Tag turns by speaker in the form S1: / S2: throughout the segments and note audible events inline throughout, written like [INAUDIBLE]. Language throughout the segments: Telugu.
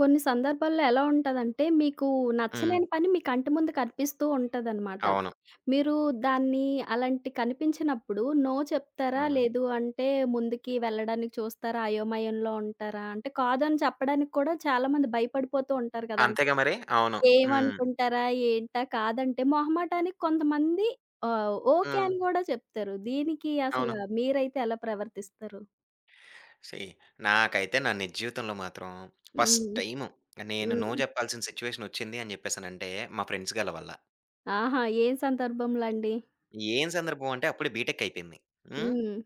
S1: కొన్ని సందర్భాల్లో ఎలా ఉంటదంటే, మీకు
S2: హ్మ్.
S1: నచ్చలేని పని మీ కంటి ముందు కనిపిస్తూ ఉంటదనమాట.
S2: అవును.
S1: మీరు దాన్ని అలాంటి కనిపించినప్పుడు నో చెప్తారా?
S2: హ్మ్.
S1: లేదు అంటే ముందుకి వెళ్ళడానికి చూస్తారా? అయోమయంలో ఉంటారా? అంటే కాదని చెప్పడానికి కూడా చాలామంది భయపడిపోతూ ఉంటారు కదా! అంటే
S2: అంతేగా మరి. అవును. హ్మ్.
S1: ఏమనుకుంటారా? ఏంటా? కాదంటే మొహమాటానికి కొంతమంది ఆహ్, ఓకే
S2: హ్మ్.
S1: అని గూడా చెప్తారు. దీనికి అసలు
S2: అవును.
S1: మీరైతే ఎలా ప్రవర్తిస్తారు?
S2: సీ నాకైతే నా నిజ జీవితంలో మాత్రం ఫస్ట్
S1: హ్మ్.
S2: టైము నేను నో
S1: హ్మ్.
S2: జెప్పాల్సిన సిట్యుయేషన్ ఒచ్చింది అని జెప్పేసనంటే మా ఫ్రెండ్స్ గాళ్ళ వల్ల.
S1: ఆహా! ఏం సందర్భంలో అండి?
S2: ఏం సందర్భం అంటే అప్పుడే బీటెక్ అయిపోయింది. హ్మ్.
S1: హ్మ్.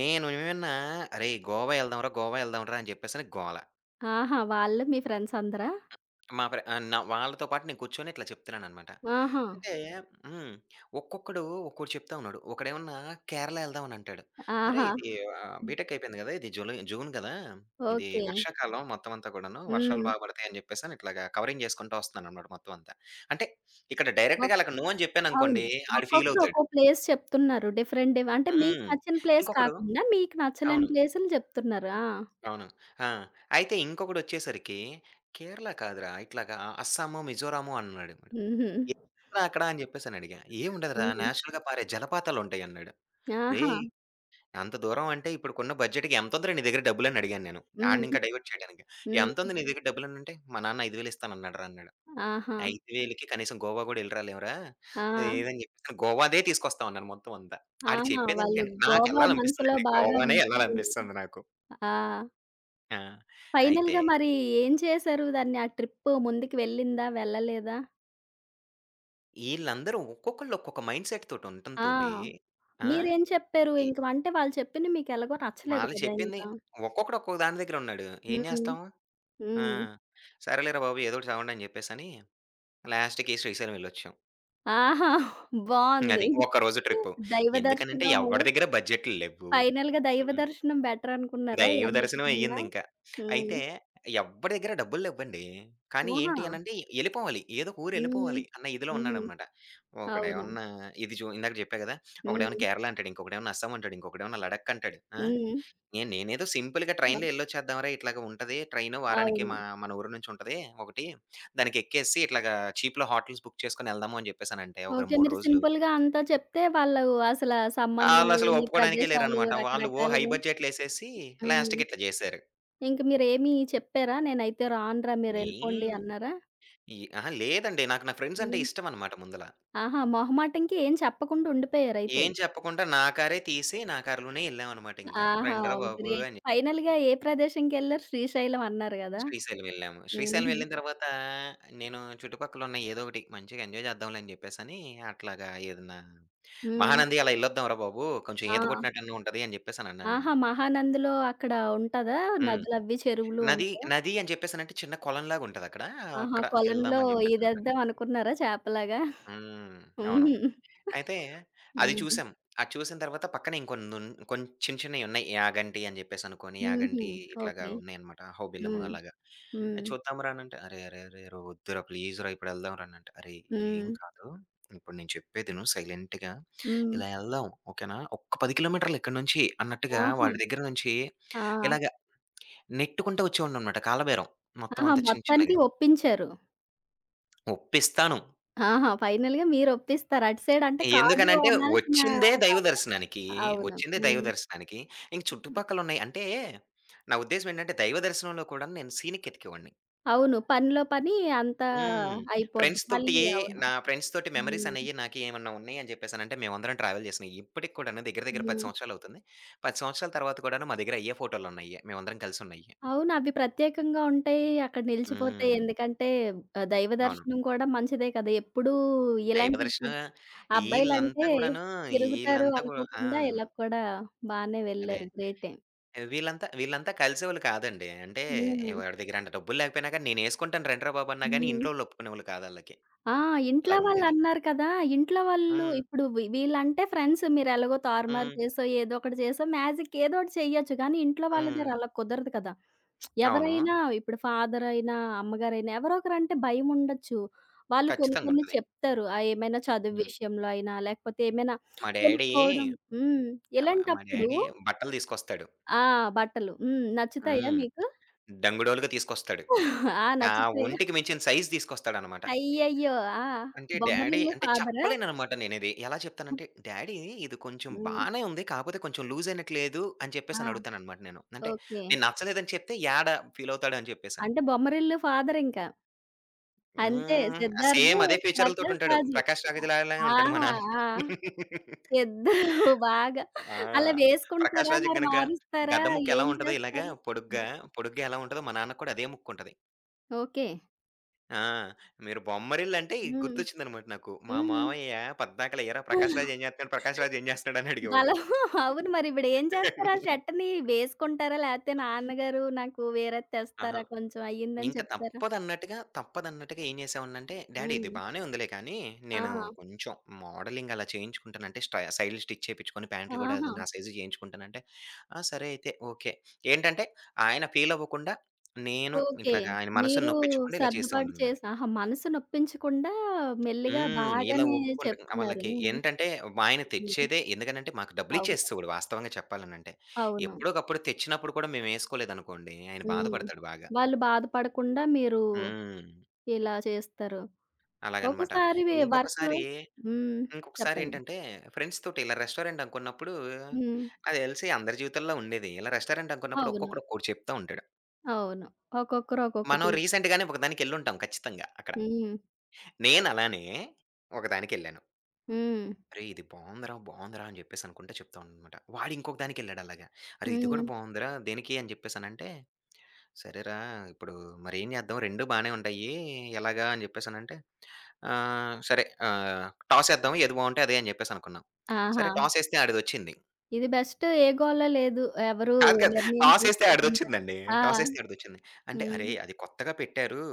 S2: నేను ఏమన్నా "అరేయ్! గోవా ఎళ్దాంరా, గోవా ఎళ్దాంరా" అని జెప్పేసని గోల.
S1: ఆహా! వాళ్ళు మీ ఫ్రెండ్స్ అందరా?
S2: నా వాళ్ళతో పాటు నేను కూర్చొని ఇట్లా చెప్తున్నాననమాట.
S1: ఆహా!
S2: అంటే హ్మ్. ఒక్కొక్కడు ఒక్కోటి చెప్తా ఉన్నాడు. ఒకడేమన్నా కేరళ ఎళ్దాం అని అంటాడు. అరేయ్!
S1: ఆహా!
S2: ఇది బీటెక్ అయిపోయింది గదా! ఇది జూలై జూన్ గదా! ఇది ఆ!
S1: ఓకే.
S2: వర్షాకాలం మొత్తం అంతా కూడాను. వర్షాలు
S1: హ్మ్.
S2: బా పడతాయి అని జెప్పేసని ఇట్లాగా కవరింగ్ జేసుకుంటా వస్తున్నానన్నమాట మొత్తం అంతా. అంటే ఇక్కడ డైరెక్ట్‌గా
S1: ఒక్
S2: ఆళ్ళకి నో అని
S1: అవును.
S2: జెప్పాననుకోండి ఆడు ఫీల్
S1: ఒక్కొక్కరు
S2: అవుతాడు.
S1: ఒక్కో ప్లేస్ చెప్తున్నారు. డిఫరెంట్ అంటే మీకు
S2: హ్మ్.
S1: నచ్చిన ప్లేస్
S2: ఇంకొకడు
S1: కాకుండా మీకు నచ్చలేని
S2: అవును.
S1: ప్లేసులు చెప్తున్నారు. ఆ!
S2: అవును. ఆ! అయితే ఇంకొకడొచ్చేసరికి కేరళ కాదురా! ఇట్లాగా అస్సాము, మిజోరాము అన్నాడు.
S1: హుహు.
S2: "ఏముందిరా అక్కడ" అని జెప్పేసనడిగా. "ఏముండదురా
S1: హ్మ్.
S2: నేచురల్‌గా పారే జలపాతాలుంటాయి" అన్నాడు.
S1: ఆహా!
S2: రేయ్! అంత దూరం అంటే ఇప్పుడుకున్న బడ్జెట్‌కి ఎంతుందిరా నీ దగ్గర డబ్బులని అడిగాను నేను.
S1: హ్మ్.
S2: ఆడినింకా డైవర్ట్ చేయడానికి.
S1: హ్మ్.
S2: ఎంతుంది నీ దగ్గర డబ్బులనంటే, "మా నాన్న 5,000 ఇస్తానన్నాడురా" అన్నాడు.
S1: ఆహా!
S2: "5,000కి కనీసం గోవా గూడా ఎళ్లిరాలేమురా"
S1: ఆ!
S2: ఇదని జెప్పేసి గోవాదే తీసుకొస్తాం అన్నాను మొత్తం అంతా. ఆడు
S1: ఆహా! వాళ్ళు
S2: చెప్పేదానికంటే
S1: గోవా మనసులో
S2: నాకెళ్ళాలనిపిస్తుందండి.
S1: బాగా
S2: గోవానే
S1: ఉండిపోయింది.
S2: ఎళ్ళాలనిపిస్తుంది నాకు.
S1: ఆ!
S2: ఆ! అయితే
S1: ఫైనల్‌గా మరి ఏం చేశారు? దాన్ని ఆ ట్రిప్ ముందుకు వెళ్ళిందా? వెళ్ళలేదా?
S2: ఈళ్ళందరూ ఒక్కొక్కళ్ళు ఒక్కొక్క మైండ్‌సెట్ తోటి ఉండటం
S1: ఆ!
S2: తోటి ఆ!
S1: మీరేం చెప్పారు?
S2: ఇ
S1: ఇంక అంటే వాళ్ళు చెప్పింది మీకెలాగో నచ్చలేదు
S2: వాళ్ళు
S1: కదా
S2: చెప్పింది
S1: ఇంకా.
S2: ఒక్కొక్కడు ఒక్కొక్క దాని దగ్గర ఉన్నాడు. ఏం
S1: హ్మ్.
S2: జేస్తాం? ఆ!
S1: హ్మ్.
S2: సరేలేరా బాబు ఏదో ఒకటి చదవండి అని జెప్పేసని లాస్ట్‌కి శ్రీశైలం వెళ్ళొచ్చాం.
S1: ఆహా! బావుంది.
S2: అది ఒక్కరోజు ట్రిప్పు.
S1: దైవ
S2: ఎందుకనంటే
S1: దర్శనం
S2: ఎవ్వడి దగ్గర బడ్జెట్లు లెవ్వు.
S1: ఫైనల్‌గా దైవ
S2: హ్మ్.
S1: దర్శనం బెటర్ అనుకున్నారా
S2: దైవ దర్శనం
S1: ఇవన్నిటికన్నా?
S2: అయ్యిందింక.
S1: హ్మ్.
S2: అయితే ఎవ్వడి దగ్గర డబ్బులు లెవ్వండి. కానీ
S1: ఆహా!
S2: ఏంటి అనంటే ఎళ్ళిపోవాలి. ఏదో ఒక ఊరు
S1: హ్మ్.
S2: ఎళ్ళిపోవాలి అన్న ఇదిలో
S1: హ్మ్.
S2: ఉన్నాడనమాట.
S1: అవును.
S2: ఒకడేమన్నా ఇది చూ ఇందాక జెప్పా గదా!
S1: హ్మ్.
S2: ఒకడేమన్నా కేరళ అంటాడు. ఇంకొకడేమన్నా అస్సాం అంటాడు. ఇంకొకడేమన్నా లడఖ్ అంటాడు.
S1: హ్మ్.
S2: ఏ నేనేదో సింపుల్‌గా
S1: ఓహ్!
S2: ట్రైన్‌లో ఎళ్ళొచ్చేద్దాంరా! ఇట్లాగ ఉంటది. ట్రైను వారానికి
S1: అవును.
S2: మా మన ఊరు నుంచి ఉంటది ఒకటి. దానికెక్కేసి ఇట్లాగా చీప్‌లో హోటల్స్ బుక్ చేసుకొని ఎళ్దాము అని జెప్పేసనంటే ఒక
S1: ఓకే.
S2: 3
S1: మీరు
S2: రోజులు
S1: సింపుల్‌గా అంతా చెప్తే వాళ్ళు అసల సంబంధం
S2: ఆళ్ళసలు
S1: లేని
S2: ఒప్పుకోడానికే
S1: ప్రదేశాలు
S2: లేరనమాట. వాళ్ళు ఓ హై
S1: రకరకాలుగా
S2: బడ్జెట్‌లేసేసి
S1: హ్మ్.
S2: లాస్ట్‌కి ఇట్లా జేశారు.
S1: ఇంక మీరేమి చెప్పారా? నేనైతే రానురా
S2: ఏం
S1: మీరెళ్ళిపోండి అన్నారా?
S2: ఈ అహా! లేదండి. నాకు నా ఫ్రెండ్స్ అంటే
S1: హ్మ్.
S2: ఇష్టమనమాట ముందల.
S1: ఆహా! మొహమాటంకి ఏం చెప్పకుండా ఉండిపోయారైతే.
S2: ఏం చెప్పకుండా నా కారే తీసి, నా కారులోనే ఎళ్ళామనమాట ఇంకా.
S1: ఆహా!
S2: రండిరా బాబు!
S1: గ్రేట్.
S2: అని
S1: ఫైనల్‌గా ఏ ప్రదేశంకెళ్లారు? శ్రీశైలం అన్నారు గదా!
S2: శ్రీశైలం వెళ్ళాము. శ్రీశైలం
S1: హుహు.
S2: వెళ్ళిన తర్వాత నేను చుట్టుపక్కల ఉన్న ఏదో ఒకటి మంచిగా ఎంజాయ్ చేద్దాంలే అని చెప్పేసని అట్లాగా ఏదన్నా
S1: హ్మ్.
S2: మహానంది అలా ఎళ్ళొద్దాంరా బాబు! కొంచెం
S1: ఆ!
S2: ఈత కొట్టినట్టన్నా ఉంటది అని చెప్పేసని అన్నాను నేను.
S1: ఆహా! మహానందిలో అక్కడ ఉంటదా?
S2: హ్మ్.
S1: నదులవ్వి, చెరువులు
S2: నది
S1: ఉంటాయా?
S2: నది అని చెప్పేసనంటే చిన్న కొలంలాగా ఉంటదక్కడ.
S1: ఆహా!
S2: అక్కడ ఎళ్దాం
S1: కొలంలో
S2: అని చెప్పేసనుకున్నా.
S1: ఈదేద్దాం అనుకున్నారా చేపలాగా?
S2: హ్మ్. అవును.
S1: హుహు.
S2: అయితే అది
S1: హుహు.
S2: చూసాం. అది చూసిన తర్వాత పక్కనే కొన్ని చిన్న చిన్నయున్నాయి. యాగంటి అని జెప్పేసి అనుకోని,
S1: హుహు.
S2: యాగంటి ఇట్లాగా
S1: ఓకే.
S2: ఉన్నాయన్నమాట. "హౌబిల్లము"
S1: హ్మ్.
S2: అలాగా. అది
S1: హ్మ్.
S2: చూద్దాం రా అనంటే, "అరే! అరే! అరే! రా వద్దురా ప్లీజ్‌రా ఇప్పుడు ఎళ్దాం రా" అనంటే, "అరే! ఏం
S1: హ్మ్.
S2: కాదు. ఇప్పుడు నేను చెప్పేది ఇను సైలెంట్‌గా.
S1: హ్మ్.
S2: ఇలా ఎళ్దాం ఓకేనా? ఒక్క 10 కిలోమీటర్లు ఇక్కడి నుంచి" అన్నట్టుగా
S1: ఆహా!
S2: వాడి దగ్గర నుంచి
S1: ఆ!
S2: ఇలాగ నెట్టుకుంటూ వచ్చేవాడినన్నమాట కాలబేరం మొత్తం
S1: ఆహా!
S2: అంతా చిన్న
S1: మొత్తానికి
S2: చిన్నగా.
S1: ఒప్పించారు.
S2: ఒప్పిస్తాను.
S1: ఆహా! ఫైనల్‌గా మీరు ఒప్పిస్తారు. అటు సైడ్ అంటే కాదు
S2: ఎందుకనంటే
S1: అనాల్సిన
S2: వచ్చిందే దైవ దర్శనానికి.
S1: అవును.
S2: వచ్చిందే దైవ
S1: హ్మ్.
S2: దర్శనానికి. ఇంక చుట్టుపక్కలున్నాయి అంటే, నా ఉద్దేశ్యం ఏంటంటే, దైవ దర్శనంలో కూడా నేను సీనిక్ ఎతికేవాడిని.
S1: అవును. పనిలో పని అంతా
S2: హ్మ్.
S1: అయిపోద్ది.
S2: ఫ్రెండ్స్
S1: మళ్ళీ
S2: తోటి
S1: అవును.
S2: నా ఫ్రెండ్స్ తోటి మెమోరీస్
S1: హ్మ్.
S2: అనేయి నాకు ఏమన్నా ఉన్నాయి అని చెప్పేసనంటే, మేమందరం ట్రావెల్ చేసినయి. ఇప్పటికి కూడాను దగ్గర దగ్గర 10
S1: హ్మ్.
S2: సంవత్సరాలు అవుతుంది. 10 సంవత్సరాల తర్వాత కూడాను మా దగ్గర అయ్యే ఫోటోలున్నాయి. మేమందరం కలిసున్నయి.
S1: అవును. అవి ప్రత్యేకంగా ఉంటాయి. అక్కడ నిలిచిపోతాయి.
S2: హ్మ్.
S1: ఎందుకంటే ఆహ్, దైవ
S2: అవును.
S1: దర్శనం కూడా మంచిదే కదా! ఎప్పుడూ
S2: దైవ
S1: ఇలాంటి
S2: దర్శనం
S1: ట్రిప్
S2: ఈళ్ళంతా
S1: అబ్బాయిలంటే
S2: గూడాను,
S1: తిరుగుతారు
S2: ఈళ్ళంతా గూడా ఆ!
S1: అనుకోకుండా ఇలా కూడా బానే
S2: అదే.
S1: వెళ్లారు. గ్రేటే.
S2: వీళ్ళంతా వీళ్ళంతా కలిసేవాళ్ళు కాదండి. అంటే
S1: హ్మ్.
S2: వాడి దగ్గర అంత డబ్బులు లేకపోయినా గానీ, నేనేసుకుంటాను రండిరా బాబు! అన్నా గానీ
S1: హ్మ్.
S2: ఇంట్లోళ్ళు ఒప్పుకునేవాళ్ళు కాదు ఆళ్ళకి.
S1: ఆ! ఇంట్లో
S2: అలాగుండేది.
S1: వాళ్ళన్నారు కదా! ఇంట్లో వాళ్ళు
S2: హ్మ్.
S1: ఇప్పుడు వీళ్ళంటే ఫ్రెండ్స్ మీరెలాగో తారుమారు
S2: హ్మ్.
S1: చేసో, ఏదో ఒకటి చేసో మ్యాజిక్ ఏదో ఒకటి చెయ్యొచ్చు. కానీ ఇంట్లో వాళ్ళ
S2: హ్మ్.
S1: దగ్గర అలా కుదరదు కదా!
S2: అవును.
S1: ఎవరైనా ఇప్పుడు ఫాదరయినా, అమ్మగారైనా ఎవరో ఒకరంటే భయముండొచ్చు. వాళ్ళు కొన్ని
S2: ఖచ్చితంగా
S1: కొన్ని
S2: ఉంటది.
S1: చెప్తారు. ఆహ్, ఏమైనా చదువు
S2: హ్మ్.
S1: విషయంలో అయినా, లేకపోతే ఏమైనా
S2: మా డ్యాడీ
S1: కొనుక్కోవడం హ్మ్.
S2: ఆహ్, మా
S1: ఇలాంటప్పుడు
S2: డ్యాడీ బట్టలు తీసుకొస్తాడు.
S1: ఆ! బట్టలు. హ్మ్. నచ్చుతాయా
S2: హ్మ్.
S1: మీకు?
S2: డంగుడోలుగా తీసుకొస్తాడు.
S1: ఆ!
S2: నా
S1: నచ్చుతాయా?
S2: ఒంటికి మించిన సైజ్ తీసుకొస్తాడనమాట.
S1: అయ్యయ్యో! ఆ!
S2: అంటే డ్యాడీ
S1: బొమ్మరిల్లు
S2: అంటే
S1: ఫాదరా?
S2: చెప్పలేననమాట నేనిది. ఎలా చెప్తానంటే, "డ్యాడీ ఇది కొంచెం
S1: హ్మ్.
S2: బానే ఉంది. కాకపోతే కొంచెం లూజ్ అయినట్టు లేదు" అని చెప్పేసి అని
S1: ఆ!
S2: అడుగుతాననమాట నేను. అంటే
S1: ఓకే.
S2: నేను నచ్చలేదని చెప్తే "యాడ ఫీల్ అవుతాడు" అని చెప్పేసని.
S1: అంటే బొమ్మరిల్లు ఫాదర్ ఇంకా. అంతే
S2: హ్మ్.
S1: 'సిద్ధార్థ్',
S2: సేమ్ అదే
S1: 'ప్రకాష్
S2: ఫీచర్‌లతోటుంటాడు.
S1: రాజు'.
S2: 'ప్రకాష్ రాజ్' లాగానే ఉంటాడు మా
S1: ఆహా!
S2: నాన్న.
S1: ఆ! ఇద్దరు బాగా
S2: ఆ!
S1: అలా
S2: 'ప్రకాష్
S1: వేసుకుంటారా?
S2: రాజ్‌కి'
S1: మరి
S2: గనక
S1: మారుస్తారా?
S2: గద్ద ముక్కు ఎలా
S1: ఏం
S2: ఉంటదో ఇలాగా
S1: చేస్తారు?
S2: పొడుగ్గా,
S1: హ్మ్.
S2: పొడుగ్గా ఎలా ఉంటదో మా నాన్నకి కూడా అదే ముక్కుంటది.
S1: ఓకే.
S2: ఆ! మీరు బొమ్మరిల్లంటే ఇది
S1: హ్మ్.
S2: గుర్తొచ్చిందనమాట నాకు. మా
S1: హ్మ్.
S2: మామయ్య పద్దాకల "ఏరా ప్రకాష్ రాజ్ ఏం జేత్తన్నాడు? ప్రకాష్ రాజ్ ఏం జేస్తున్నాడు?" అని అడిగేవాడు.
S1: బలం. అవును మరి ఇప్పుడు ఏం చేస్తారు? ఆ షర్ట్‌ని వేసుకుంటారా? లేతే నాన్నగారు నాకు వేరేది
S2: అహా!
S1: తెస్తారా కొంచెం అయ్యిందని
S2: ఇంక
S1: చెప్తారా?
S2: తప్పదన్నట్టుగా ఏం జేసేవాడినంటే, డ్యాడీ ఇది
S1: హ్మ్.
S2: బానే ఉందిలే కానీ, నేను
S1: ఆ!
S2: కొంచెం మోడలింగ్ అలా చేయించుకుంటానంటే సైడ్‌లు స్టిచ్ చేపిచ్చుకొని ప్యాంట్లు గూడా
S1: ఆహా!
S2: అది నా సైజు చేయించుకుంటానంటే, "ఆ! సరే అయితే ఓకే." ఏంటంటే ఆయన ఫీల్ అవ్వకుండా నేను
S1: ఓకే.
S2: ఇట్లాగా ఆయన మనసుని
S1: మీరు
S2: నొప్పించకుండా ఇలా
S1: సర్దుబాటు
S2: చేసేవాడిననమాట.
S1: చేసి ఆహా! మనసు నొప్పించకుండా మెల్లిగా
S2: ఇలా
S1: బాగానే
S2: ఒప్పుకుంటాం. ఆ!
S1: చెప్తున్నారు.
S2: వాళ్ళకి
S1: హ్మ్.
S2: ఏంటంటే, మా ఆయన
S1: హ్మ్.
S2: తెచ్చేదే ఎందుకనంటే, మాకు
S1: అవును.
S2: డబ్బులిచ్చేసేవాడు వాస్తవంగా చెప్పాలనంటే.
S1: అవును.
S2: ఎప్పుడోకప్పుడు తెచ్చినప్పుడు కూడా మేమేసుకోలేదనుకోండి, ఆయన
S1: హ్మ్.
S2: బాధపడతాడు బాగా.
S1: వాళ్ళు బాధపడకుండా మీరు
S2: హ్మ్.
S1: ఇలా చేస్తారు.
S2: అలాగనమాట.
S1: ఒకోసారి వర్క్
S2: ఇంకొకసారి,
S1: హ్మ్. చెప్పండి.
S2: ఇంకొకసారేంటంటే, ఫ్రెండ్స్ తోటి ఇలా రెస్టారెంట్ అనుకున్నప్పుడు,
S1: హ్మ్.
S2: నాకు తెలిసి అందరి జీవితాల్లో ఉండేది. ఇలా రెస్టారెంట్ అనుకున్నప్పుడు
S1: అవును.
S2: ఒక్కొక్కడు ఒక్కోటి చెప్తా ఉంటాడు.
S1: అవును. ఒక్కొక్కరు
S2: మనం
S1: ఒక్కొక్కటి.
S2: రీసెంట్‌గానే ఒకదానికెళ్ళుంటాం ఖచ్చితంగా అక్కడ.
S1: హ్మ్.
S2: నేనలానే ఒకదానికెళ్ళాను.
S1: హ్మ్.
S2: అరేయ్! ఇది బావుందిరా, బావుందిరా అని జెప్పేసి అనుకుంటా చెప్తా ఉన్నానమాట. వాడు ఇంకొక దానికెళ్ళాడు అలాగా. అరేయ్! ఇది గూడా
S1: హ్మ్.
S2: బావుందిరా దేనికి అని జెప్పేసనంటే, సరేరా ఇప్పుడు మరేం జేద్దాం రెండు బానే ఉంటాయి. ఎలాగా అని జెప్పేసనంటే, టాసేద్దాం ఏది బావుంటే అదే అని జెప్పేసనుకున్నాం.
S1: ఆహా!
S2: సరే టాసేస్తే ఆడిదొచ్చింది.
S1: ఇది బెస్ట్ ఏ గోల లేదు. ఎవరు
S2: కాదు కాదు.
S1: నిర్ణయం
S2: టాసేస్తే
S1: తీసుకోకుండా.
S2: ఆడిదొచ్చిందండి.
S1: ఆ!
S2: టాసేస్తే ఆడిదొచ్చింది. అంటే,
S1: హ్మ్.
S2: "అరేయ్! అది కొత్తగా పెట్టారు.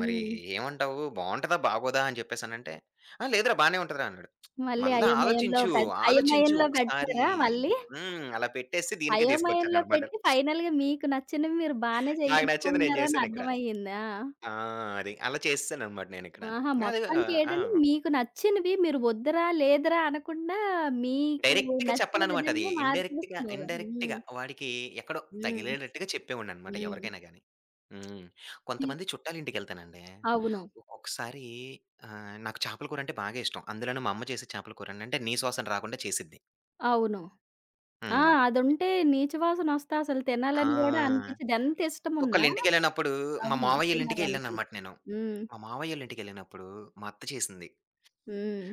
S2: మరి ఏమంటావు? బావుంటదా? బాగోదా?" అని చెప్పేసనంటే, "ఆ! లేదురా బానే ఉంటదిరా" అన్నాడు.
S1: మళ్ళీ
S2: మళ్ళా
S1: అయోమయంలో
S2: ఆలోచించు, ఆలోచించు
S1: అయోమయంలో
S2: ఒకసారి
S1: పెట్టారా మళ్ళీ?
S2: అలా పెట్టేసి దీనికే
S1: అయోమయంలో
S2: తీసుకొచ్చాననమాట.
S1: పెట్టి ఫైనల్‌గా మీకు నచ్చినవి మీరు బానే
S2: నాకు నచ్చింది నేను
S1: చేయించుకుంటున్నారని
S2: జేశానిక్కడ.
S1: అర్థమయ్యిందా?
S2: ఆ! అది. అలా చేసేసాననమాట నేనిక్కడ.
S1: ఆహా!
S2: అది ఆ!
S1: మొత్తానికి
S2: ఆ!
S1: ఏటంటే మీకు నచ్చినవి మీరు వద్దురా, లేదురా అనకుండా మీకు
S2: డైరెక్ట్‌గా
S1: నచ్చే
S2: చెప్పననమాట అది.
S1: విధంగా మార్చేస్తున్నారు. హ్మ్.
S2: ఇండైరెక్ట్‌గా వాడికి ఎక్కడో
S1: హ్మ్.
S2: తగిలేటట్టుగా చెప్పేవాడిననమాట
S1: హ్మ్.
S2: ఎవరికైనా గాని. హ్మ్.
S1: హ్మ్.
S2: కొంతమంది చుట్టాలింటికెళ్తానండి.
S1: అవును.
S2: ఒక్కొక్కసారి నాకు చేపల కూరంటే బాగా ఇష్టం. అందులోనూ మా అమ్మ చేసే చేపల కూరంటే నీ వాసన రాకుండా చేసిద్ది.
S1: అవును. ఆ!
S2: హ్మ్.
S1: అదుంటే నీచు వాసనొస్తే అసలు తినాలని గూడా
S2: ఆ!
S1: అనిపిచ్చదు. ఎంత ఇష్టమున్నా
S2: ఒకళ్ళింటికెళ్ళినప్పుడు మా
S1: అవును.
S2: మావయ్యోళ్ళింటికే
S1: తినాలనిపియదు.
S2: ఎళ్ళాననమాట నేను.
S1: హ్మ్.
S2: మా మావయ్యోళ్ళింటికెళ్ళినప్పుడు మా అత్త చేసింది.
S1: హ్మ్.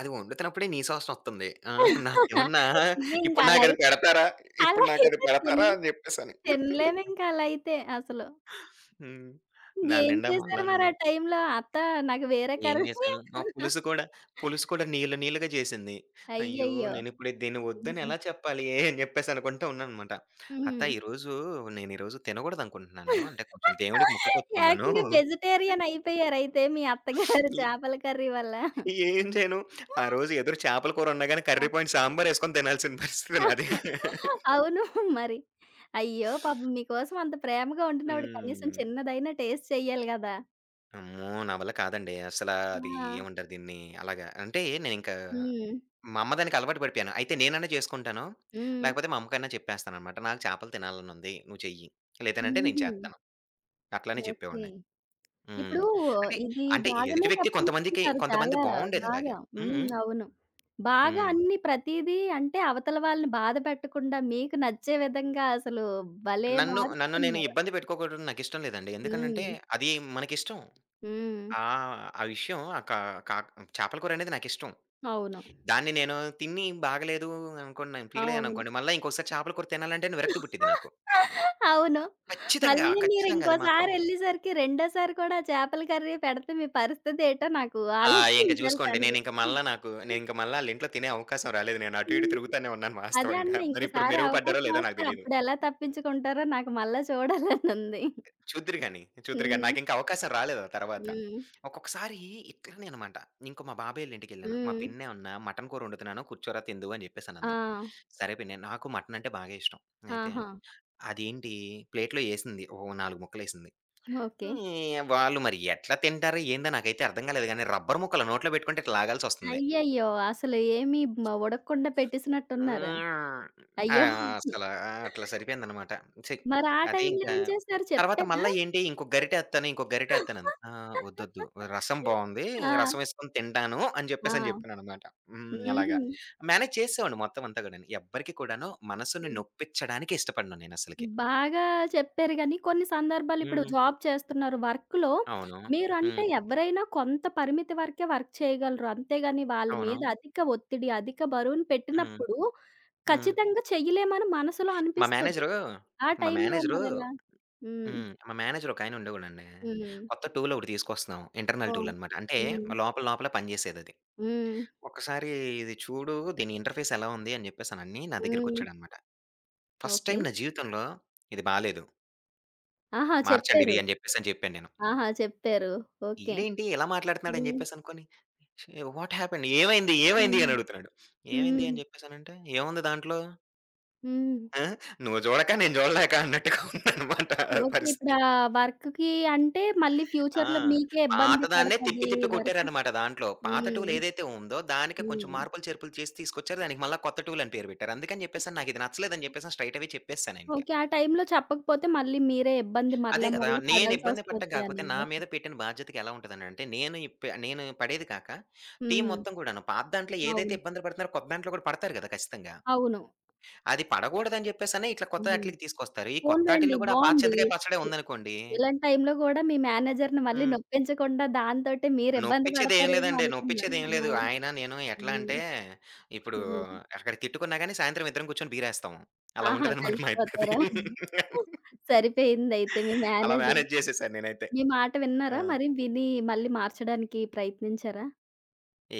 S2: అది వండుతున్నప్పుడే నీ వాసనొస్తుంది. ఆ! [LAUGHS] నాకేమన్నా
S1: చెయ్యి ఇంకా
S2: ఇప్పుడు
S1: అలా
S2: నాకది
S1: అయితే
S2: పెడతారా? ఇప్పుడు
S1: అలా
S2: నాకది
S1: అయితే
S2: పెడతారా? అని జెప్పేసని.
S1: తినలేమింక అలా అయితే అసలు.
S2: హ్మ్. దాని
S1: ఏం
S2: నిండా
S1: చేశారు
S2: మళ్ళాను
S1: మరి ఆ
S2: [LAUGHS]
S1: టైంలో అత్త నాకు వేరే
S2: ఏం
S1: కర్రీ
S2: జేశాను ఆ!
S1: [LAUGHS]
S2: పులుసు కూడా నీళ్ళు నీళ్ళుగా జేసింది. అయ్యో!
S1: అయ్యయ్యో!
S2: నేనిప్పుడు దీన్ని వద్దని
S1: హ్మ్.
S2: ఎలా చెప్పాలి అని జెప్పేసి అనుకుంటూ ఉన్నాననమాట. అత్త
S1: హ్మ్.
S2: ఈరోజు నేనీరోజు తినగూడదనుకుంటున్నాను. అంటే కొంచెం దేవుడికి మొక్కుకొచ్చుకున్నాను.
S1: ఏకంగా వెజిటేరియన్ అయిపోయారయితే మీ అత్తగారు
S2: ఈ
S1: చేపల కర్రీ వల్ల.
S2: ఏం చేయను? ఆ రోజు ఎదురు చేపల కూర ఉన్నా గాని కర్రీ పాయింట్ సాంబారేసుకొని తినాల్సిన పరిస్థితి నాది.
S1: అవును మరి. అయ్యో! పాపం మీకోసం అంత ప్రేమగా వండినవిడ కనీసం
S2: హ్మ్.
S1: చిన్నదైనా టేస్ట్ చెయ్యాలి గదా!
S2: అమ్మో! నా వల్ల కాదండి. అసలా అది
S1: ఆ!
S2: ఏమంటారు దీన్ని? అలాగా అంటే నేనింకా
S1: హ్మ్.
S2: మా అమ్మ దానికి అలవాటు పడిపోయాను. అయితే నేనన్నా చేసుకుంటాను.
S1: హ్మ్.
S2: లేకపోతే మా అమ్మకన్నా చెప్పేస్తాననమాట. నాకు చేపలు తినాలనుంది. నువ్వు చెయ్యి. లేదనంటే నేను
S1: హుహు.
S2: చేత్తాను. అట్లానే
S1: ఓకే.
S2: చెప్పేవాడిని. హ్మ్.
S1: ఇప్పుడు
S2: అంటే,
S1: ఇది
S2: అంటే
S1: బాగానే
S2: ఎదుటి వ్యక్తి కొంతమందికి
S1: తప్పించుకున్నారు
S2: కొంతమంది
S1: చాలా బాగా.
S2: బావుండేదలాగా. హ్మ్.
S1: హ్మ్.
S2: హ్మ్.
S1: అవును. బాగా
S2: హ్మ్.
S1: అన్ని ప్రతీదీ అంటే అవతల వాళ్ళని బాధ పెట్టకుండా మీకు నచ్చే విధంగా అసలు భలే
S2: నన్ను నేను
S1: మారుస్తున్నారు.
S2: ఇబ్బంది పెట్టుకోకూడదు నాకిష్టం లేదండి. ఎందుకనంటే
S1: హ్మ్.
S2: అది మనకిష్టం.
S1: హ్మ్.
S2: ఆహ్, ఆ విషయం ఆ కా కా చేపల కూరనేది నాకిష్టం.
S1: అవును.
S2: దాన్ని నేను తిని బాగలేదు అనుకోన్నాను.
S1: అవును.
S2: పీలేయననుకోండి, మళ్ళా ఇంకోసారి చేపల కూర తినాలంటే విరక్తి పుట్టిద్ది నాకు.
S1: అవును.
S2: ఖచ్చితంగా.
S1: మళ్ళీ మీరు
S2: ఖచ్చితంగా అది మాత్రం.
S1: ఇంకోసారెళ్ళేసరికి రెండోసారి కూడా చేపల కర్రీ పెడితే మీ పరిస్థితి ఏటో నాకు
S2: ఆ! ఇంక చూసుకోండి. నేనింక
S1: ఆలోచించాల్సనిపిస్తుంది.
S2: మళ్ళా నాకు నేనింక మళ్ళా ఆళ్ళింట్లో తినే అవకాశం రాలేదు. నేను అటు ఇటు
S1: హ్మ్.
S2: తిరుగుతానే ఉన్నాను
S1: అదే
S2: వాస్తవంగా.
S1: అండి.
S2: మరిప్పుడు
S1: ఇంకోసారి
S2: మెరుగుపడ్డారో లేదో నాకు
S1: అవకాశమొస్తే
S2: తెలీదు.
S1: అప్పుడెలా తప్పించుకుంటారో నాకు మళ్ళా చూడాలనుంది.
S2: చూద్దురు గాని.
S1: హ్మ్.
S2: నాకింకా అవకాశం రాలేదు ఆ తర్వాత.
S1: హ్మ్.
S2: ఒక్కొక్కసారి ఇట్లనే అనమాట. ఇంకో మా బాబాయోళ్ళింటికెళ్ళాను. మా
S1: హ్మ్.
S2: పిన్నే ఉన్నా మటన్ కూర వండుతున్నాను కూర్చోరా తిందువు అని
S1: ఆ!
S2: చెప్పేసనంది. సరే పిన్ని నాకు మటన్ అంటే బాగా ఇష్టం. అయితే
S1: ఆహా!
S2: అదేంటి ప్లేట్‌లో ఏసింది. ఓ 4 ముక్కలేసింది.
S1: ఓకే.
S2: వాళ్ళు మరి ఎట్లా తింటారో ఏందో నాకైతే అర్థం కాలేదు గానీ, రబ్బరు ముక్కలు నోట్లో పెట్టుకుంటే ఇట్లా లాగాల్సొస్తుంది.
S1: అయ్యయ్యో! అసలు ఏమి ఉడకకుండా పెట్టేసినట్టున్నారు.
S2: హ్మ్. ఆ!
S1: అయ్యో!
S2: అసల ఆ! అట్లా సరిపోయిందనమాట. ఛీ!
S1: మరి ఆ
S2: అదే
S1: టైంలో
S2: ఇంకా
S1: ఏం చేశారు
S2: తర్వాత
S1: చెప్పారా?
S2: మళ్ళా ఏంటి ఇంకో గరిటేత్తానంది. వద్దొద్దు రసం బావుంది.
S1: ఆ!
S2: రసం ఎసుకొని తింటాను అని
S1: ఆ!
S2: జెప్పేసని జెప్పాననమాట.
S1: హుహు.
S2: అలాగా. మేనేజ్ చేసేసేవాడిని మొత్తం అంతా గూడాను. ఎవ్వరికి కూడాను మనసుని నొప్పించడానికి ఇష్టపడను నేనసలకి.
S1: బాగా చెప్పారు గానీ, కొన్ని సందర్భాలు ఇప్పుడు
S2: హ్మ్.
S1: జాబ్ చేస్తున్నారు. వర్క్‌లో
S2: అవును.
S1: మీరంటే
S2: హ్మ్.
S1: ఎవరైనా కొంత పరిమితి వరకే వర్క్ చేయగలరు. అంతేగాని వాళ్ళ
S2: అవును.
S1: మీద అధిక ఒత్తిడి, అధిక బరువును
S2: హ్మ్.
S1: పెట్టినప్పుడు
S2: హ్మ్.
S1: ఖచ్చితంగా చెయ్యలేమని మనసులో
S2: మా
S1: అనిపిస్తది.
S2: మేనేజరు
S1: ఆ
S2: మా
S1: టైంలో
S2: మేనేజరు
S1: మరెలా? హ్మ్.
S2: మా మేనేజర్ ఒకాయన ఉండేవాడండి.
S1: హ్మ్.
S2: కొత్త టూల్ ఒకటి తీసుకొస్తున్నాం. ఇంటర్నల్
S1: ఓహ్!
S2: టూల్ అనమాట. అంటే
S1: హ్మ్.
S2: లోపల లోపల పనిచేసేదది.
S1: హ్మ్.
S2: "ఒక్కసారి ఇది చూడు, దీని ఇంటర్‌ఫేస్ ఎలా ఉంది" అని జెప్పేసనని నా
S1: హ్మ్.
S2: దగ్గరికొచ్చాడనమాట. First
S1: okay.
S2: టైమ్ నా జీవితంలో "ఇది బాలేదు.
S1: ఆహా!
S2: మార్చండి
S1: చెప్పారు.
S2: ఇది" అని జెప్పేసని చెప్పాను నేను.
S1: ఆహా! చెప్పారు. ఓకే.
S2: ఈడేంటి ఇలా మాట్లాడుతున్నాడు అని
S1: హ్మ్.
S2: జెప్పేసనుకోని "వాట్ హ్యాపెండ్? ఏమైంది? ఏమైంది?"
S1: హ్మ్.
S2: అని అడుగుతున్నాడు. "ఏమైంది"
S1: హ్మ్.
S2: అని జెప్పేసనంటే "ఏముంది దాంట్లో?
S1: హ్మ్.
S2: ఆ! నువ్వు జూడక నేను జూడలేక" అన్నట్టుగా ఉందనమాట
S1: ఓకే.
S2: పరిస్థితి.
S1: ఇప్పుడా వర్క్‌కి అంటే మళ్ళీ
S2: ఆ!
S1: ఫ్యూచర్‌లో మీకే ఇబ్బంది
S2: పాతదాన్నే తిప్పి
S1: పడతది
S2: తిప్పి
S1: వర్క్
S2: కొట్టారనమాట దాంట్లో. పాత
S1: హ్మ్.
S2: టూల్ ఏదైతే ఉందో దానికి కొంచెం
S1: హ్మ్.
S2: మార్పులు, చేర్పులు చేసి తీసుకొచ్చారు. దానికి మళ్ళా కొత్త టూల్ అని పేరు పెట్టారు. అందుకని జెప్పేసని నాకిది నచ్చలేదని జెప్పేసని స్ట్రెయిట్ అవే చెప్పేసానింక.
S1: ఓకే. ఆ టైంలో చెప్పకపోతే మళ్ళీ మీరే ఇబ్బంది మరల
S2: అదే గదా!
S1: మరల
S2: నేను ఇబ్బంది పడటం
S1: పడాల్సొస్తది
S2: కాకపోతే
S1: అని.
S2: నా
S1: ఓకే.
S2: మీద పెట్టిన బాధ్యతకి ఎలా ఉంటదనంటే నేను పడేది కాక టీమ్
S1: హ్మ్.
S2: మొత్తం కూడాను పాత దాంట్లో ఏదైతే
S1: అవును.
S2: ఇబ్బందులు పడుతున్నారో కొత్త దాంట్లో కూడా పడతారు గదా! ఖచ్చితంగా.
S1: అవును.
S2: అది పడగూడదని జెప్పేసనే ఇట్లా కొత్త
S1: హ్మ్.
S2: ఆటిలకి తీసుకొస్తారు. ఈ కొత్త
S1: పోన్లెండి
S2: ఆటిల్లో గూడా ఆ పాత
S1: బావుంది.
S2: చింతకాయ పచ్చడే
S1: ఇ
S2: ఉందనుకోండి
S1: ఇలాంటి టైంలో గూడా మీ మేనేజర్‌ని మళ్ళీ
S2: హ్మ్.
S1: నొప్పించకుండా దాంతోటే మీరు ఇబ్బంది
S2: నొప్పిచ్చేదేం
S1: పడతారేమో
S2: లేదండి.
S1: అనుకున్నా.
S2: నొప్పిచ్చేదేం
S1: ఆ!
S2: లేదు. ఆయన, నేను ఎట్లా
S1: హ్మ్.
S2: అంటే, ఇప్పుడు
S1: హ్మ్.
S2: అక్కడ తిట్టుకున్నా గానీ, సాయంత్రం ఇద్దరం కూర్చొని బీరేస్తాం. అలా
S1: ఆహా!
S2: ఉంటదనమాట మా ఇద్దరిది.
S1: కలిసిపోతారా? సరిపోయిందయితే మీ
S2: అలా
S1: మేనేజర్.
S2: మేనేజ్ చేసేశాను నేనైతే.
S1: మీ మాట
S2: ఆ!
S1: విన్నారా మరి? విని మళ్ళీ మార్చడానికి ప్రయత్నించారా?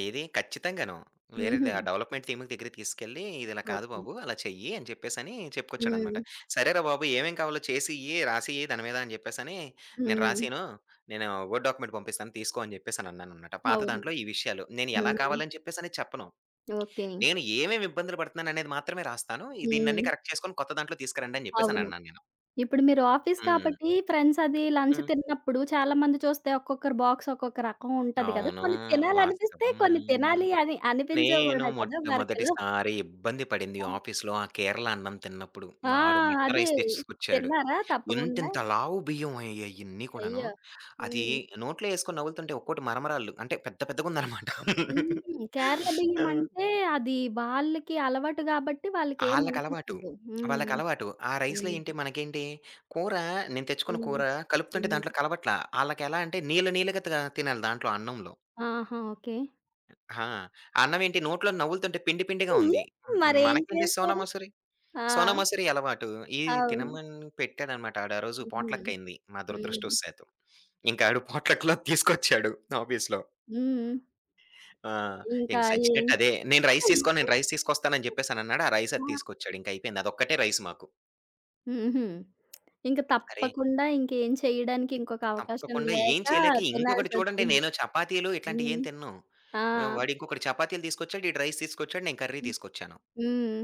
S2: ఏది ఖచ్చితంగాను. వేరే
S1: హుహు.
S2: డెవలప్‌మెంట్ టీమ్‌కి దగ్గరికి తీసుకెళ్ళి, ఇదిలా కాదు
S1: ఓకే.
S2: బాబు, అలా చెయ్యి అని చెప్పేసని చెప్పుకొచ్చాడనమాట.
S1: హ్మ్.
S2: సరేరా బాబు! ఏమేం కావాలో చేసియ్యి, రాసియ్యి దాని మీద అని చెప్పేసని, నేను
S1: హ్మ్.
S2: రాసీను. నేను వర్డ్ డాక్యుమెంట్ పంపిస్తాను తీసుకో అని చెప్పేసనన్నాననమాట. పాత
S1: అవును.
S2: దాంట్లో ఈ విషయాలు. నేను ఎలా
S1: హ్మ్.
S2: కావాలని చెప్పేసని చెప్పను.
S1: ఓకే.
S2: నేను ఏమేమి ఇబ్బందులు పడుతున్నాననేది మాత్రమే రాస్తాను. దీన్నన్ని
S1: హ్మ్.
S2: కరెక్ట్ చేసుకొని కొత్త దాంట్లో తీసుకురండి అని
S1: అవును.
S2: చెప్పేసనన్నాను నేను.
S1: ఇప్పుడు మీరు ఆఫీస్
S2: హ్మ్.
S1: కాబట్టి ఫ్రెండ్స్ అది లంచ్
S2: హ్మ్.
S1: తిన్నప్పుడు చాలామంది చూస్తే ఒక్కొక్కరి బాక్స్ ఒక్కొక్క రకం ఉంటది కదా!
S2: అవును.
S1: కొన్ని తినాలనిపిస్తే
S2: వాస్తవం.
S1: కొన్ని తినాలి అని అనిపించవు
S2: నేను
S1: గూడా కదా! వర్క్‌లో.
S2: మొట్టమొదటిసారి ఇబ్బంది పడింది ఆఫీస్‌లో ఆ కేరళ అన్నం తిన్నప్పుడు.
S1: ఆ!
S2: వాడు మట్టా
S1: అదే
S2: రైస్ తెచ్చుకొచ్చాడు.
S1: తిన్నారా తప్పకుండా?
S2: ఎంతింత లావు బియ్యం అయ్యాయి ఇయన్నీ కూడాను.
S1: అయ్యో!
S2: అది
S1: హ్మ్.
S2: నోట్లో ఏసుకొని నములుతుంటే ఒక్కోటి మరమరాళ్ళు. అంటే పెద్ద పెద్దగుందనమాట.
S1: హ్మ్. కేరళ
S2: ఆ!
S1: బియ్యమంటే అది వాళ్ళకి అలవాటు గాబట్టి
S2: ఆళ్ళకలవాటు.
S1: వాళ్ళకేమనిపిచ్చదు. హ్మ్.
S2: వాళ్ళకలవాటు. ఆ రైస్‌లో
S1: హ్మ్.
S2: ఏంటి మనకేంటి కూర నేను తెచ్చుకున్న
S1: హ్మ్.
S2: కూర కలుపుతుంటే
S1: హ్మ్.
S2: దాంట్లో కలవట్లా. ఆళ్ళకెలా అంటే నీళ్ళు నీళ్ళుగా తినాలి దాంట్లో అన్నంలో.
S1: ఆహా! ఓకే.
S2: ఆ! అన్నం ఏంటి నోట్లో నములుతుంటే పిండి పిండిగా ఉంది. హ్మ్.
S1: మరేం
S2: మనకేంటి సోనా
S1: చేశారు?
S2: మసూరి,
S1: ఆ!
S2: సోనా మసూరి అలవాటు. ఇది
S1: అవును.
S2: తినమని పెట్టాడనమాట ఆడు ఆ రోజు పోట్లక్
S1: హ్మ్.
S2: అయింది మా
S1: హ్మ్.
S2: దురదృష్టవశాత్తు. ఇంక ఆడు పోట్లక్‌లో తీసుకొచ్చాడు ఆఫీస్‌లో.
S1: హ్మ్.
S2: ఆ!
S1: ఇంకా
S2: ఇంక
S1: ఏం
S2: సచ్చినట్టు అదే.
S1: ఆ!
S2: నేను
S1: [LAUGHS]
S2: రైస్ తీసుకొస్తానని చెప్పేసనన్నాడు. ఆ రైస్ అది తీసుకొచ్చాడు. ఇంక అయిపోయింది. అదొక్కటే రైస్ మాకు.
S1: హుహు. ఇంక
S2: అరే!
S1: తప్పకుండా ఇంకేం చేయడానికి ఇంకొక అవకాశం
S2: తప్పకుండా. ఏం
S1: లేక
S2: చేయలేక ఇంకొకటి చూడండి
S1: తినాల్సొచ్చింది.
S2: నేను చపాతీలు ఇట్లాంటియి ఏం
S1: హ్మ్.
S2: తినను.
S1: ఆ!
S2: వాడు ఇంకొకడు చపాతీలు తీసుకొచ్చాడు. ఈడు రైస్ తీసుకొచ్చాడు. నేను కర్రీ తీసుకొచ్చాను.
S1: హ్మ్.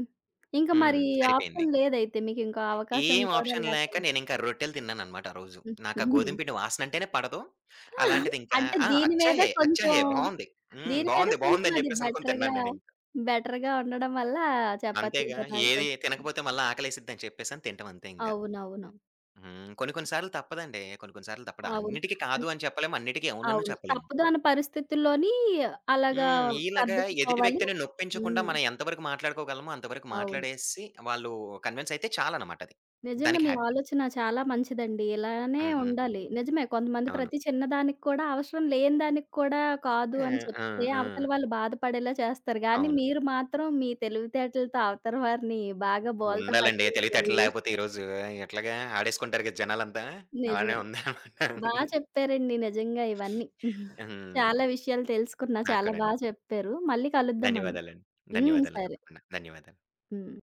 S1: ఇంక మరి
S2: సరిపోయింది.
S1: ఆప్షన్ లేదైతే మీకింకో అవకాశం
S2: ఏం
S1: కూడా
S2: ఆప్షన్ లేక
S1: లేకుండా.
S2: నేనింకా రొట్టెలు తిన్నాననమాట ఆ రోజు. నాకా
S1: హుహు.
S2: గోధుమ పిండి వాసన అంటేనే పడదు. అలాంటిదింకా
S1: అంటే
S2: ఆ!
S1: దీని మీద
S2: అచ్చా
S1: కొంచెం
S2: హై! బావుంది. హ్మ్.
S1: దీని మీద
S2: బావుంది.
S1: కొంచెం
S2: బావుందని
S1: అది
S2: జెప్పేసనుకోని
S1: బెటర్‌గా,
S2: తిన్నాను నేనింకా.
S1: బెటర్‌గా ఉండడం వల్ల చపాతీలు
S2: అంతేగా ఏది
S1: తినాల్సొచ్చి
S2: తినకపోతే మళ్ళా ఆకలేసిద్దని చెప్పేసని తింటం అంతే ఇంక.
S1: అవునవును.
S2: కొన్ని కొన్ని సార్లు తప్పదండి. కొన్ని కొన్ని సార్లు తప్పదు.
S1: అవును.
S2: అన్నిటికి
S1: అన్
S2: కాదు అని చెప్పలేము. అన్నిటికి అవునను
S1: అవును.
S2: చెప్పలేము.
S1: తప్పదు అన్న పరిస్థితుల్లోని అలాగా
S2: ఇలాగా ఎదుటి
S1: సర్దుకుపోవాలి.
S2: వ్యక్తిని నొప్పించకుండా
S1: హ్మ్.
S2: మనం ఎంతవరకు మాట్లాడుకోగలమో అంతవరకు
S1: అవును.
S2: మాట్లాడేసి వాళ్ళు కన్విన్స్ అయితే చాలనమాట అది.
S1: నిజంగా
S2: దానికి
S1: మీ
S2: హ్యాపీ.
S1: ఆలోచన చాలా మంచిదండి. ఇలానే
S2: హుహు.
S1: ఉండాలి. నిజమే కొంతమంది
S2: అవును.
S1: ప్రతి చిన్నదానికి కూడా అవసరం లేని దానికి కూడా కాదు
S2: ఆ!
S1: అని
S2: ఆ!
S1: చెప్తే
S2: ఆ!
S1: అవతల వాళ్ళు బాధపడేలా చేస్తారు. గానీ
S2: అవును.
S1: మీరు మాత్రం మీ తెలివితేటలతో అవతల వారిని బాగా బోల్త
S2: ఉండాలండి.
S1: పట్టించారు.
S2: తెలివితేటలు లేకపోతే ఈ రోజు ఎట్లాగా ఆడేసుకుంటారు కదా జనాలంతా. అలానే
S1: నిజమే.
S2: ఉందనమాట.
S1: బా చెప్పారండి నిజంగా ఇవన్నీ.
S2: హ్మ్.
S1: చాలా విషయాలు తెలుసుకున్నా.
S2: నాకు
S1: చాలా బా
S2: కూడానండి.
S1: చెప్పారు. మళ్ళీ కలుద్దామండి.
S2: ధన్యవాదాలండి.
S1: హ్మ్.
S2: ధన్యవాదాలు.
S1: సరే.
S2: తప్పకుండా. ధన్యవాదాలు.
S1: హ్మ్.